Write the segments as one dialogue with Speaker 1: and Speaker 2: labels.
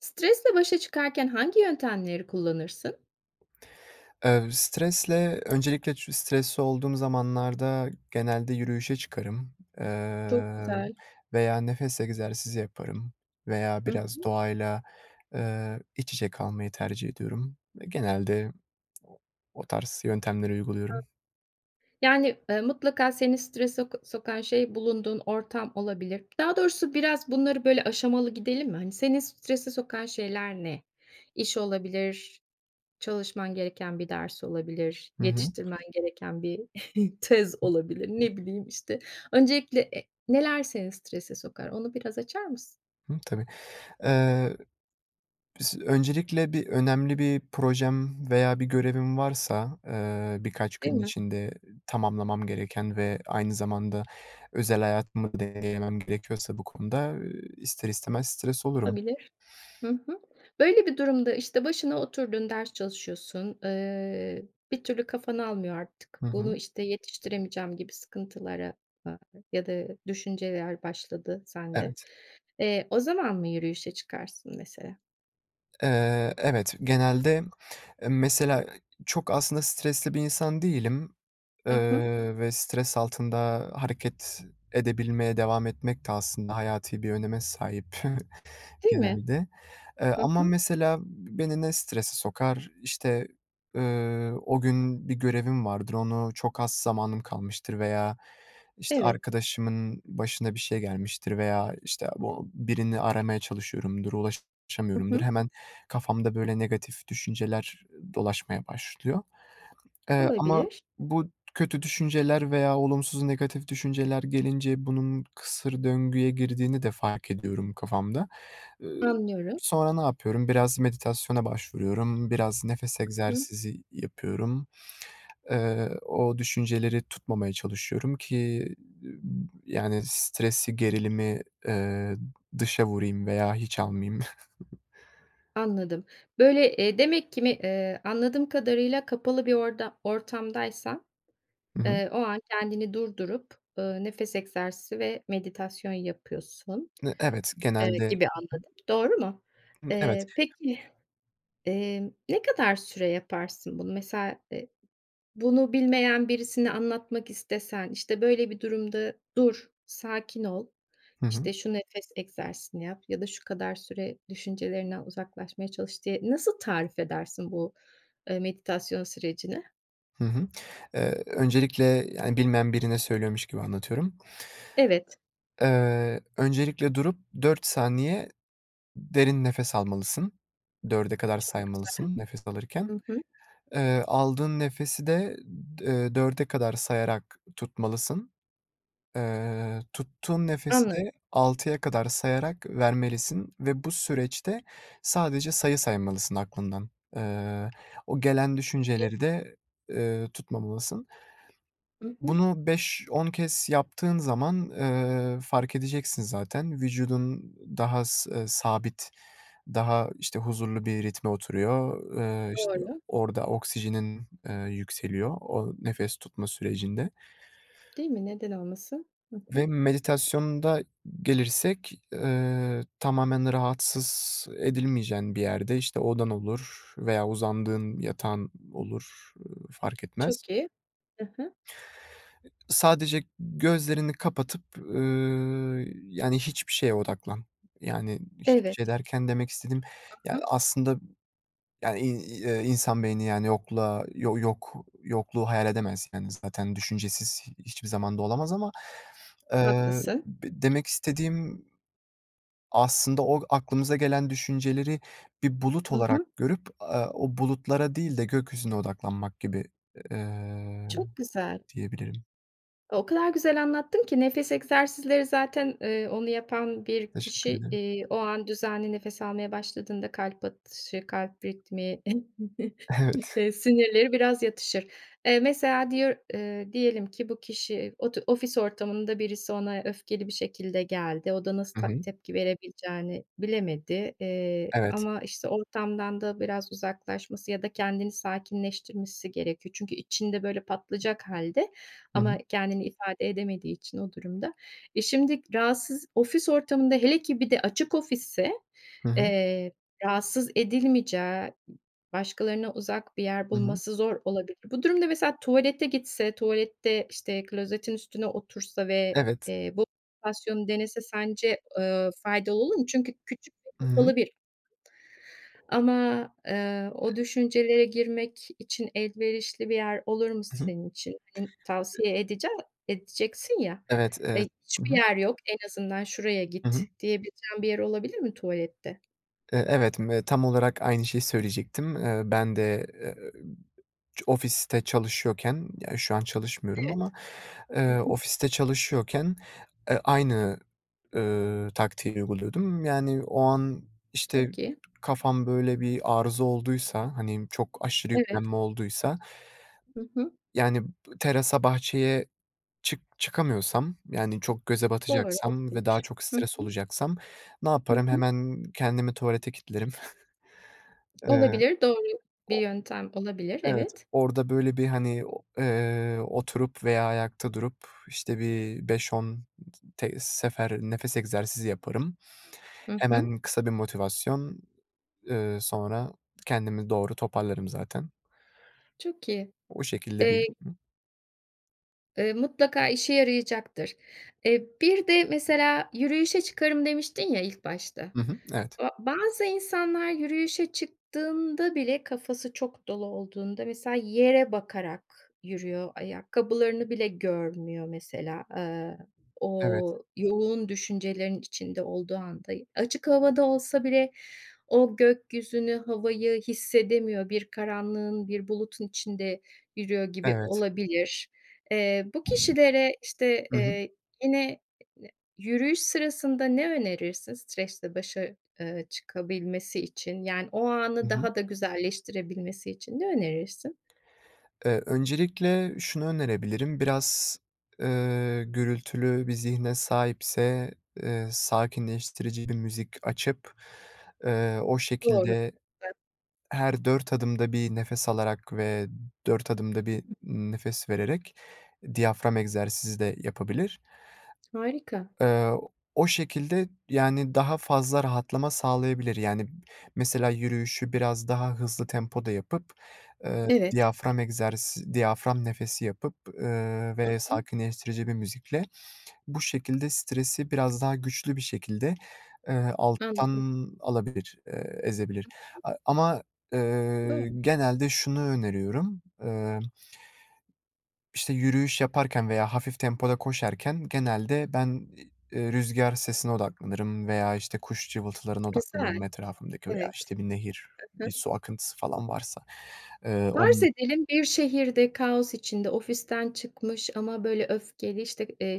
Speaker 1: Stresle başa çıkarken hangi yöntemleri kullanırsın?
Speaker 2: Stresle öncelikle stresli olduğum zamanlarda genelde yürüyüşe çıkarım,
Speaker 1: Çok
Speaker 2: eee,
Speaker 1: güzel.
Speaker 2: veya nefes egzersizi yaparım veya
Speaker 1: Hı
Speaker 2: biraz
Speaker 1: hı.
Speaker 2: doğayla, iç içe kalmayı tercih ediyorum. Genelde o o tarz yöntemleri uyguluyorum.
Speaker 1: Mutlaka seni strese sokan şey bulunduğun ortam olabilir. Daha doğrusu biraz bunları böyle aşamalı gidelim mi? Hani, seni strese sokan şeyler ne? İş olabilir, çalışman gereken bir ders olabilir,
Speaker 2: Hı hı.
Speaker 1: yetiştirmen gereken bir tez olabilir, ne bileyim, işte. Öncelikle, neler seni strese sokar? Onu biraz açar mısın?
Speaker 2: Hı, tabii. Eee Bis öncelikle bir önemli bir projem veya bir görevim varsa, birkaç
Speaker 1: Değil
Speaker 2: gün
Speaker 1: mi?
Speaker 2: içinde tamamlamam gereken ve aynı zamanda özel hayatımı da dengelemem gerekiyorsa bu konuda, ister istemez stres olurum.
Speaker 1: Olabilir. Hı hı. Böyle bir durumda, işte, başına oturdun, ders çalışıyorsun, bir türlü kafan almıyor artık.
Speaker 2: Hı hı.
Speaker 1: Bunu, işte, yetiştiremeyeceğim gibi sıkıntılara, aaa, ya da düşünceler başladı sende.
Speaker 2: Evet.
Speaker 1: O zaman mı yürüyüşe çıkarsın mesela?
Speaker 2: Evet, genelde, mesela çok aslında stresli bir insan değilim,
Speaker 1: Hı hı.
Speaker 2: ve stres altında hareket edebilmeye devam etmek de aslında hayati bir öneme sahip.
Speaker 1: Değil mi?
Speaker 2: Genelde. Eee,
Speaker 1: Hı
Speaker 2: ama
Speaker 1: hı.
Speaker 2: mesela beni ne strese sokar? İşte, o gün bir görevim vardır, onu çok az zamanım kalmıştır veya, işte,
Speaker 1: Evet.
Speaker 2: arkadaşımın başına bir şey gelmiştir veya, işte, bu birini aramaya çalışıyorumdur,
Speaker 1: Hı
Speaker 2: ulaşamıyorumdur.
Speaker 1: hı.
Speaker 2: Hemen kafamda böyle negatif düşünceler dolaşmaya başlıyor. Ama
Speaker 1: Olabilir.
Speaker 2: bu kötü düşünceler veya olumsuz, negatif düşünceler gelince bunun kısır döngüye girdiğini de fark ediyorum kafamda. Eee,
Speaker 1: Anlıyorum.
Speaker 2: sonra ne yapıyorum? Biraz meditasyona başvuruyorum, biraz nefes
Speaker 1: Hı hı.
Speaker 2: egzersizi yapıyorum. O düşünceleri tutmamaya çalışıyorum ki, yani, stresi, gerilimi, eee, dışa vurayım veya hiç almayayım.
Speaker 1: Anladım. Böyle, demek ki mi anladığım kadarıyla kapalı bir ortamdaysan
Speaker 2: Hı hı.
Speaker 1: o an kendini durdurup, nefes egzersizi ve meditasyon yapıyorsun,
Speaker 2: Evet, genelde.
Speaker 1: gibi anladım. Doğru mu?
Speaker 2: Evet.
Speaker 1: Peki, ne kadar süre yaparsın bunu? Mesela, bunu bilmeyen birisine anlatmak istesen, işte, böyle bir durumda dur, sakin ol,
Speaker 2: Hı hı.
Speaker 1: işte, şu nefes egzersizini yap ya da şu kadar süre düşüncelerinden uzaklaşmaya çalış diye nasıl tarif edersin bu meditasyon sürecini?
Speaker 2: Hı hı. Öncelikle, yani, bilmeyen birine söylüyormuş gibi anlatıyorum.
Speaker 1: Evet,
Speaker 2: Öncelikle durup 4 saniye derin nefes almalısın. 4'e kadar
Speaker 1: çok güzel.
Speaker 2: saymalısın nefes alırken.
Speaker 1: Hı hı,
Speaker 2: Aldığın nefesi de, 4'e kadar sayarak tutmalısın. Tuttuğun nefesi
Speaker 1: anladım.
Speaker 2: de 6'ya kadar sayarak vermelisin ve bu süreçte sadece sayı saymalısın aklından. Eee, o gelen düşünceleri de tutmamalısın.
Speaker 1: Hı hı.
Speaker 2: Bunu 5-10 kez yaptığın zaman, fark edeceksin zaten. Vücudun daha s sabit, daha, işte, huzurlu bir ritme oturuyor. İşte,
Speaker 1: Doğru,
Speaker 2: orada oksijenin, yükseliyor o nefes tutma sürecinde
Speaker 1: değil mi? Neden olmasın? Hı hı.
Speaker 2: ve meditasyonda gelirsek, tamamen rahatsız edilmeyeceğin bir yerde, işte, odan olur veya uzandığın yatağın olur, fark etmez.
Speaker 1: Çok iyi. Hı hı.
Speaker 2: Sadece gözlerini kapatıp, yani, hiçbir şeye odaklan. Yani, hiçbir
Speaker 1: Evet.
Speaker 2: şey derken demek istediğim, yani,
Speaker 1: Hı hı.
Speaker 2: aslında, yani, in insan beyni, yani, yokluğa yo yok yokluğu hayal edemez. Yani, zaten düşüncesiz hiçbir zaman da olamaz ama,
Speaker 1: Haklısın.
Speaker 2: b demek istediğim aslında o aklımıza gelen düşünceleri bir bulut
Speaker 1: Hı
Speaker 2: olarak
Speaker 1: hı.
Speaker 2: görüp, o bulutlara değil de gökyüzüne odaklanmak gibi, eee,
Speaker 1: Çok güzel.
Speaker 2: diyebilirim.
Speaker 1: O kadar güzel anlattın ki nefes egzersizleri zaten, onu yapan bir
Speaker 2: Teşekkür
Speaker 1: kişi,
Speaker 2: ederim.
Speaker 1: eee, o an düzenli nefes almaya başladığında kalp atışı, kalp ritmi,
Speaker 2: Evet.
Speaker 1: sinirleri biraz yatışır. Mesela diyor diyelim ki bu kişi ofis ortamında birisi ona öfkeli bir şekilde geldi. O da nasıl
Speaker 2: Hı hı.
Speaker 1: tepki verebileceğini bilemedi,
Speaker 2: Evet.
Speaker 1: ama, işte, ortamdan da biraz uzaklaşması ya da kendini sakinleştirmesi gerekiyor. Çünkü içinde böyle patlayacak hâlde
Speaker 2: Hı hı.
Speaker 1: ama kendini ifade edemediği için o durumda. E, şimdi rahatsız ofis ortamında hele ki bir de açık ofisse,
Speaker 2: Hı hı.
Speaker 1: eee, rahatsız edilmeyeceği, başkalarına uzak bir yer
Speaker 2: Hı hı.
Speaker 1: bulması zor olabilir. Bu durumda mesela tuvalete gitse, tuvalette, işte, klozetin üstüne otursa ve,
Speaker 2: Evet.
Speaker 1: eee, bu meditasyonu denese sence, faydalı olur mu? Çünkü küçük ve
Speaker 2: Hı hı.
Speaker 1: kapalı bir ama o düşüncelere girmek için elverişli bir yer olur mu
Speaker 2: Hı hı.
Speaker 1: senin için? Hani, tavsiye edece edeceksin ya,
Speaker 2: Evet. Hı
Speaker 1: hiçbir
Speaker 2: hı.
Speaker 1: yer yok, en azından şuraya
Speaker 2: Hı
Speaker 1: git
Speaker 2: hı.
Speaker 1: diyebileceğin bir yer olabilir mi tuvalette?
Speaker 2: Evet, tam olarak aynı şeyi söyleyecektim. Ben de, ç ofiste çalışıyorken, ya, şu an çalışmıyorum
Speaker 1: Evet.
Speaker 2: ama,
Speaker 1: Hı hı.
Speaker 2: ofiste çalışıyorken, aynı, taktiği uyguluyordum. Yani, o an, işte,
Speaker 1: Çok iyi.
Speaker 2: kafam böyle bir arıza olduysa, hani, çok aşırı
Speaker 1: Evet.
Speaker 2: yüklenme olduysa,
Speaker 1: Hı hı.
Speaker 2: yani, terasa, bahçeye çıkamıyorsam, yani, çok göze
Speaker 1: Doğru,
Speaker 2: batacaksam ve daha
Speaker 1: olabilir.
Speaker 2: çok
Speaker 1: Hı
Speaker 2: stres
Speaker 1: hı.
Speaker 2: olacaksam ne
Speaker 1: Hı.
Speaker 2: yaparım? Hemen kendimi tuvalete kitlerim. Eee,
Speaker 1: Olabilir, doğru bir yöntem olabilir.
Speaker 2: evet,
Speaker 1: Evet.
Speaker 2: orada, böyle, bir, hani, o oturup veya ayakta durup, işte, bir 5-10 sefer nefes egzersizi yaparım.
Speaker 1: Hı hı.
Speaker 2: Hemen kısa bir motivasyon, sonra kendimi doğru toparlarım zaten.
Speaker 1: Çok iyi.
Speaker 2: O şekilde bir.
Speaker 1: Eee, Mutlaka işe yarayacaktır. Bir de mesela yürüyüşe çıkarım demiştin ya ilk başta.
Speaker 2: Hı hı. Evet.
Speaker 1: Bazı insanlar yürüyüşe çıktığında bile kafası çok dolu olduğunda mesela yere bakarak yürüyor, ayakkabılarını bile görmüyor mesela. Eee,
Speaker 2: Evet,
Speaker 1: o yoğun düşüncelerin içinde olduğu anda. Açık havada olsa bile o gökyüzünü, havayı hissedemiyor. Bir karanlığın, bir bulutun içinde yürüyor gibi
Speaker 2: evet.
Speaker 1: olabilir. Eee, bu kişilere, işte,
Speaker 2: Hı hı.
Speaker 1: eee, yine yürüyüş sırasında ne önerirsin stresle başa çıkabilmesi için, yani, o
Speaker 2: Hı
Speaker 1: anı
Speaker 2: hı.
Speaker 1: daha da güzelleştirebilmesi için ne önerirsin?
Speaker 2: Öncelikle şunu önerebilirim, biraz, gürültülü bir zihne sahipse, sakinleştirici bir müzik açıp, o
Speaker 1: Doğru.
Speaker 2: şekilde
Speaker 1: Güzel.
Speaker 2: her 4 adımda bir nefes alarak ve 4 adımda bir nefes vererek diyafram egzersizi de yapabilir.
Speaker 1: Harika.
Speaker 2: Eee, o şekilde, yani, daha fazla rahatlama sağlayabilir. Yani, mesela yürüyüşü biraz daha hızlı tempoda yapıp,
Speaker 1: Evet.
Speaker 2: diyafram nefesi yapıp, ve
Speaker 1: Hı,
Speaker 2: sakinleştirici bir müzikle bu şekilde stresi biraz daha güçlü bir şekilde,
Speaker 1: anladım.
Speaker 2: alttan alabilir, ezebilir. Ama,
Speaker 1: Doğru.
Speaker 2: genelde şunu öneriyorum, işte, yürüyüş yaparken veya hafif tempoda koşarken genelde ben, rüzgâr sesine odaklanırım veya, işte, kuş cıvıltılarına
Speaker 1: Güzel.
Speaker 2: odaklanırım etrafımdaki veya,
Speaker 1: Evet.
Speaker 2: işte, bir nehir, bir su akıntısı falan varsa. Eee,
Speaker 1: Farz
Speaker 2: onun
Speaker 1: edelim bir şehirde kaos içinde ofisten çıkmış ama böyle öfkeli, işte,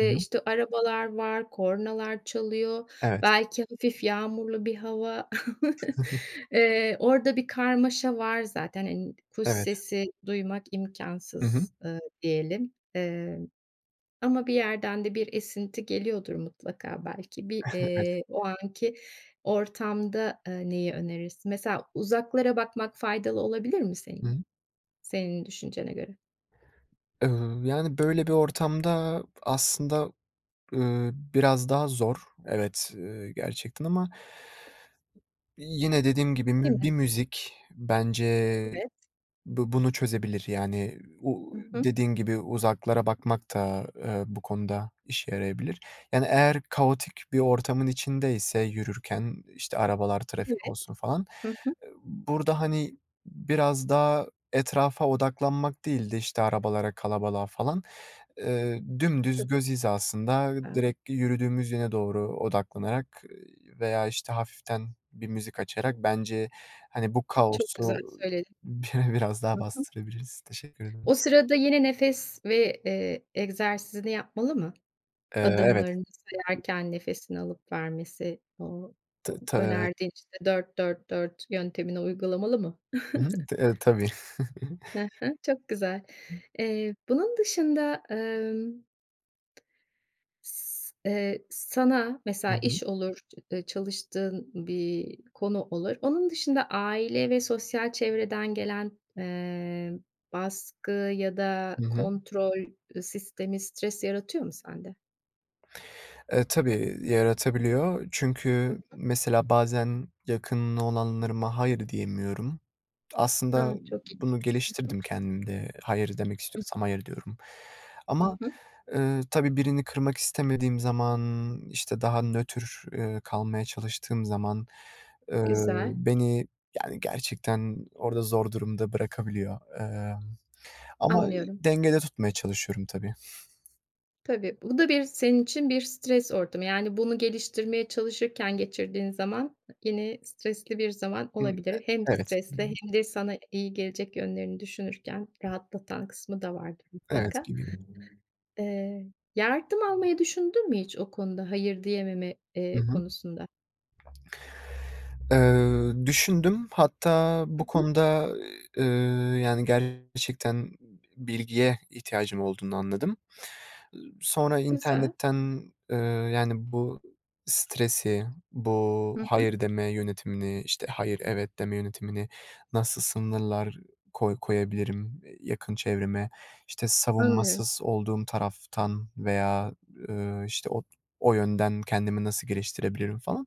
Speaker 2: Hı hı.
Speaker 1: işte, arabalar var, kornalar çalıyor,
Speaker 2: Evet,
Speaker 1: belki hafif yağmurlu bir hava. Orada bir karmaşa var zaten, hani, kuş
Speaker 2: evet.
Speaker 1: sesi duymak
Speaker 2: Hı hı.
Speaker 1: imkansız diyelim. Ama bir yerden de bir esinti geliyordur mutlaka belki. Bir,
Speaker 2: Evet.
Speaker 1: eee, o anki ortamda, neyi önerirsin? Mesela uzaklara bakmak faydalı olabilir mi
Speaker 2: Hı hı.
Speaker 1: senin düşüncene göre,
Speaker 2: Yani, böyle bir ortamda aslında, biraz daha zor. Evet, gerçekten ama yine dediğim gibi
Speaker 1: değil mi?
Speaker 2: bir müzik bence
Speaker 1: Evet.
Speaker 2: bu bunu çözebilir yani.
Speaker 1: Hı hı.
Speaker 2: Dediğin gibi uzaklara bakmak da, bu konuda işe yarayabilir. Yani eğer kaotik bir ortamın içindeyse yürürken, işte, arabalar, trafik
Speaker 1: Evet.
Speaker 2: olsun falan,
Speaker 1: Hı hı.
Speaker 2: burada, hani, biraz daha etrafa odaklanmak değil de, işte, arabalara, kalabalığa falan. Dümdüz
Speaker 1: Çok
Speaker 2: göz hizasında
Speaker 1: güzel.
Speaker 2: direkt yürüdüğümüz yöne doğru odaklanarak, veya, işte, hafiften bir müzik açarak bence, hani, bu
Speaker 1: Çok
Speaker 2: kaosu
Speaker 1: güzel söyledin.
Speaker 2: biraz daha
Speaker 1: Hı hı.
Speaker 2: bastırabiliriz. Teşekkür ederim.
Speaker 1: O sırada yine nefes ve egzersizini yapmalı mı?
Speaker 2: Evet,
Speaker 1: Adımlarını sayarken nefesini alıp vermesi,
Speaker 2: t
Speaker 1: o
Speaker 2: ta
Speaker 1: önerdiğin, işte, dört dört dört yöntemini uygulamalı mı?
Speaker 2: Hı hı. Tabii.
Speaker 1: Hı hı. Çok güzel. Bunun dışında, S sana
Speaker 2: Hı
Speaker 1: mesela iş
Speaker 2: hı.
Speaker 1: olur, ç çalıştığın bir konu olur. Onun dışında aile ve sosyal çevreden gelen baskı ya da
Speaker 2: Hı hı.
Speaker 1: kontrol, sistemi stres yaratıyor mu sende?
Speaker 2: Tabii, yaratabiliyor. Çünkü
Speaker 1: Hı.
Speaker 2: mesela bazen yakın olanlarıma hayır diyemiyorum.
Speaker 1: A,
Speaker 2: Aslında
Speaker 1: çok iyi.
Speaker 2: bunu geliştirdim kendimde. "Hayır" demek istiyorsam hayır diyorum.
Speaker 1: Hı
Speaker 2: Ama,
Speaker 1: hı.
Speaker 2: tabii birini kırmak istemediğim zaman, işte, daha nötr, kalmaya çalıştığım zaman, eee,
Speaker 1: Güzel,
Speaker 2: beni, yani, gerçekten orada zor durumda bırakabiliyor. Ama
Speaker 1: anlıyorum.
Speaker 2: dengede tutmaya çalışıyorum tabii.
Speaker 1: Tabii, bu da bir senin için bir stres ortamı. Yani bunu geliştirmeye çalışırken geçirdiğin zaman yine stresli bir zaman
Speaker 2: Imm, e
Speaker 1: olabilir. Hem
Speaker 2: evet.
Speaker 1: stresli hem de sana iyi gelecek yönlerini düşünürken rahatlatan kısmı da vardır
Speaker 2: Evet.
Speaker 1: mutlaka.
Speaker 2: Gibi.
Speaker 1: Yardım almayı düşündün mü hiç o konuda? Hayır diyememe,
Speaker 2: Hı
Speaker 1: eee,
Speaker 2: hı.
Speaker 1: konusunda?
Speaker 2: Düşündüm. Hatta
Speaker 1: Hı
Speaker 2: bu
Speaker 1: hı.
Speaker 2: konuda, eee, yani, gerçekten bilgiye ihtiyacım olduğunu anladım sonra
Speaker 1: Güzel.
Speaker 2: internetten, eee, yani, bu stresi, bu
Speaker 1: Hı hı.
Speaker 2: hayır deme yönetimini, işte, hayır, evet deme yönetimini nasıl sınırlar koyabilirim, yakın çevreme? İşte,
Speaker 1: Anlıyorum.
Speaker 2: savunmasız olduğum taraftan veya, işte, o yönden kendimi nasıl geliştirebilirim falan.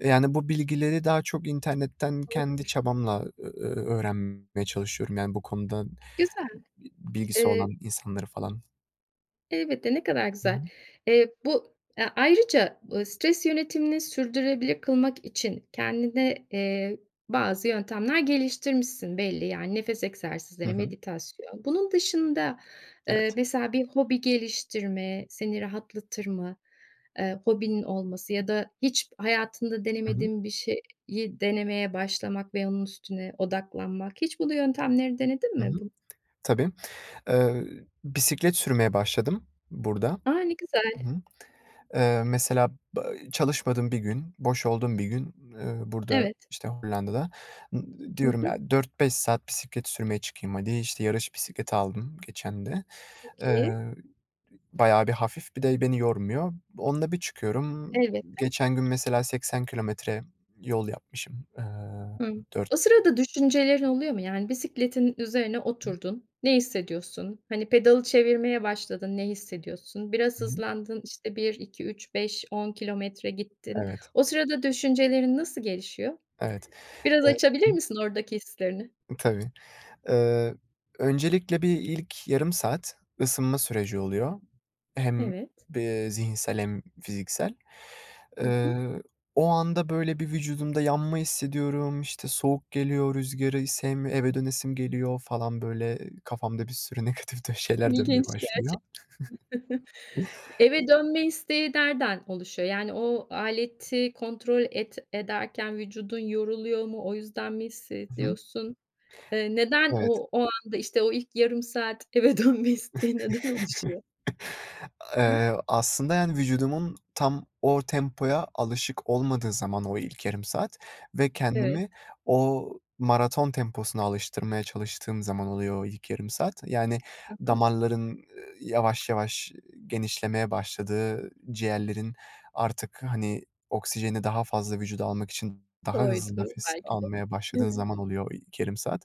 Speaker 2: Yani, bu bilgileri daha çok internetten kendi
Speaker 1: Olabilir.
Speaker 2: çabamla, öğrenmeye çalışıyorum. Yani, bu konuda
Speaker 1: Güzel.
Speaker 2: bilgisi
Speaker 1: Eee
Speaker 2: olan insanları falan.
Speaker 1: Elbette, ne kadar
Speaker 2: Hı hı.
Speaker 1: güzel. Bu ayrıca, stres yönetimini sürdürülebilir kılmak için kendine, bazı yöntemler geliştirmişsin belli. Yani nefes
Speaker 2: Hı
Speaker 1: egzersizleri,
Speaker 2: hı.
Speaker 1: meditasyon. Bunun dışında,
Speaker 2: Evet.
Speaker 1: mesela bir hobi geliştirme seni rahatlatır mı? Hobinin olması ya da hiç hayatında
Speaker 2: Hı hı.
Speaker 1: denemediğin bir şeyi denemeye başlamak ve onun üstüne odaklanmak. Hiç bu yöntemleri denedin
Speaker 2: Hı
Speaker 1: mi?
Speaker 2: hı.
Speaker 1: Bu
Speaker 2: Tabii. Eee, bisiklet sürmeye başladım burada.
Speaker 1: A, ne
Speaker 2: Hı
Speaker 1: güzel.
Speaker 2: hı. Mesela ba çalışmadığım bir gün, boş olduğum bir gün, burada,
Speaker 1: Evet.
Speaker 2: işte, Hollanda'da n
Speaker 1: Hı
Speaker 2: diyorum
Speaker 1: hı.
Speaker 2: ya 4-5 saat bisiklet sürmeye çıkayım hadi. İşte, yarış bisikleti aldım geçen de.
Speaker 1: Çok iyi.
Speaker 2: Eee, bayağı bir hafif bir de beni yormuyor. Onunla bir çıkıyorum.
Speaker 1: Elbette.
Speaker 2: Geçen gün mesela 80 kilometre yol yapmışım.
Speaker 1: Hımm.
Speaker 2: 4.
Speaker 1: O sırada düşüncelerin oluyor mu? Yani bisikletin üzerine oturdun. Ne hissediyorsun? Hani pedalı çevirmeye başladın, ne hissediyorsun? Biraz
Speaker 2: Hı hı.
Speaker 1: hızlandın, işte bir 2 3 5 10 kilometre gittin.
Speaker 2: Evet,
Speaker 1: O sırada düşüncelerin nasıl gelişiyor?
Speaker 2: evet.
Speaker 1: Biraz
Speaker 2: Eee
Speaker 1: açabilir
Speaker 2: Hı.
Speaker 1: misin oradaki hislerini?
Speaker 2: Tabii. Eee, öncelikle bir ilk yarım saat ısınma süreci oluyor. Hem,
Speaker 1: Evet.
Speaker 2: zihinsel hem fiziksel.
Speaker 1: Hı hı.
Speaker 2: Eee, o anda, böyle, bir vücudumda yanma hissediyorum, işte, soğuk geliyor, rüzgârı sevmiyor eve dönesim geliyor falan, böyle, kafamda bir sürü negatif de şeyler dönmeye
Speaker 1: İlginç yani.
Speaker 2: başlıyor.
Speaker 1: Eve dönme isteği nereden oluşuyor? Yani o aleti kontrol ederken vücudun yoruluyor mu? O yüzden mi
Speaker 2: Hı hı.
Speaker 1: hissediyorsun? Eee, neden
Speaker 2: Evet.
Speaker 1: o o anda, işte, o ilk 1/2 saat eve dönme isteği neden oluşuyor? Hı,
Speaker 2: Aslında, yani, vücudumun tam o tempoya alışık olmadığı zaman o ilk yarım saat ve
Speaker 1: evet.
Speaker 2: kendimi o maraton temposuna alıştırmaya çalıştığım zaman oluyor o ilk yarım saat. Yani,
Speaker 1: Hı hı.
Speaker 2: damarların, yavaş yavaş genişlemeye başladığı, ciğerlerin artık, hani, oksijeni daha fazla vücuda almak için daha hızlı
Speaker 1: Doydu
Speaker 2: nefes
Speaker 1: belki de.
Speaker 2: almaya başladığın
Speaker 1: Evet.
Speaker 2: zaman oluyor o ilk yarım saat.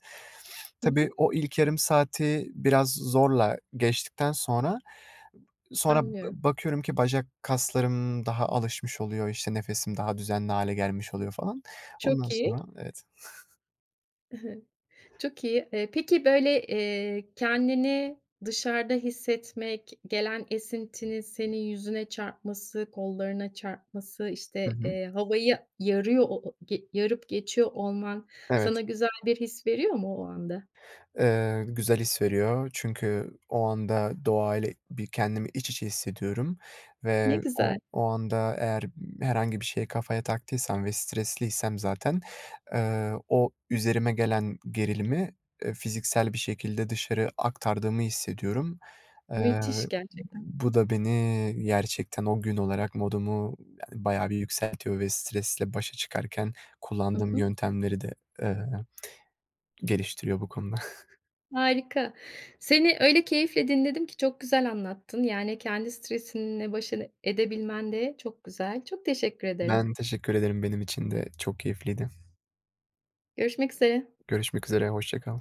Speaker 1: Hı
Speaker 2: Tabii,
Speaker 1: hı.
Speaker 2: o ilk yarım saati biraz zorla geçtikten sonra. Sonra
Speaker 1: Anlıyorum.
Speaker 2: bakıyorum ki bacak kaslarım daha alışmış oluyor, işte, nefesim daha düzenli hale gelmiş oluyor falan. Ondan
Speaker 1: Çok iyi.
Speaker 2: sonra. Evet.
Speaker 1: Hı hı. Çok iyi. Peki, böyle, kendini dışarıda hissetmek, gelen esintinin senin yüzüne çarpması, kollarına çarpması,
Speaker 2: Hı
Speaker 1: işte,
Speaker 2: hı.
Speaker 1: eee, havayı yarıyor o o ge yarıp geçiyor olman
Speaker 2: Evet.
Speaker 1: sana güzel bir his veriyor mu o anda?
Speaker 2: Güzel his veriyor çünkü o anda doğayla bir kendimi iç içe hissediyorum
Speaker 1: Ne
Speaker 2: ve o
Speaker 1: güzel,
Speaker 2: o anda eğer herhangi bir şeye kafaya taktıysam ve stresliysem zaten, o üzerime gelen gerilimi, fiziksel bir şekilde dışarı aktardığımı hissediyorum. Eee,
Speaker 1: müthiş gerçekten.
Speaker 2: bu da beni gerçekten o gün olarak modumu yani bayağı bir yükseltiyor ve stresle başa çıkarken
Speaker 1: Hı
Speaker 2: kullandığım
Speaker 1: hı.
Speaker 2: yöntemleri de, eee, geliştiriyor bu konuda.
Speaker 1: Harika. Seni öyle keyifle dinledim ki çok güzel anlattın. Yani kendi stresinle edebilmen de çok güzel. Çok teşekkür ederim.
Speaker 2: Ben teşekkür ederim. Benim için de çok keyifliydi.
Speaker 1: Görüşmek üzere.
Speaker 2: Görüşmek üzere, hoşça kal.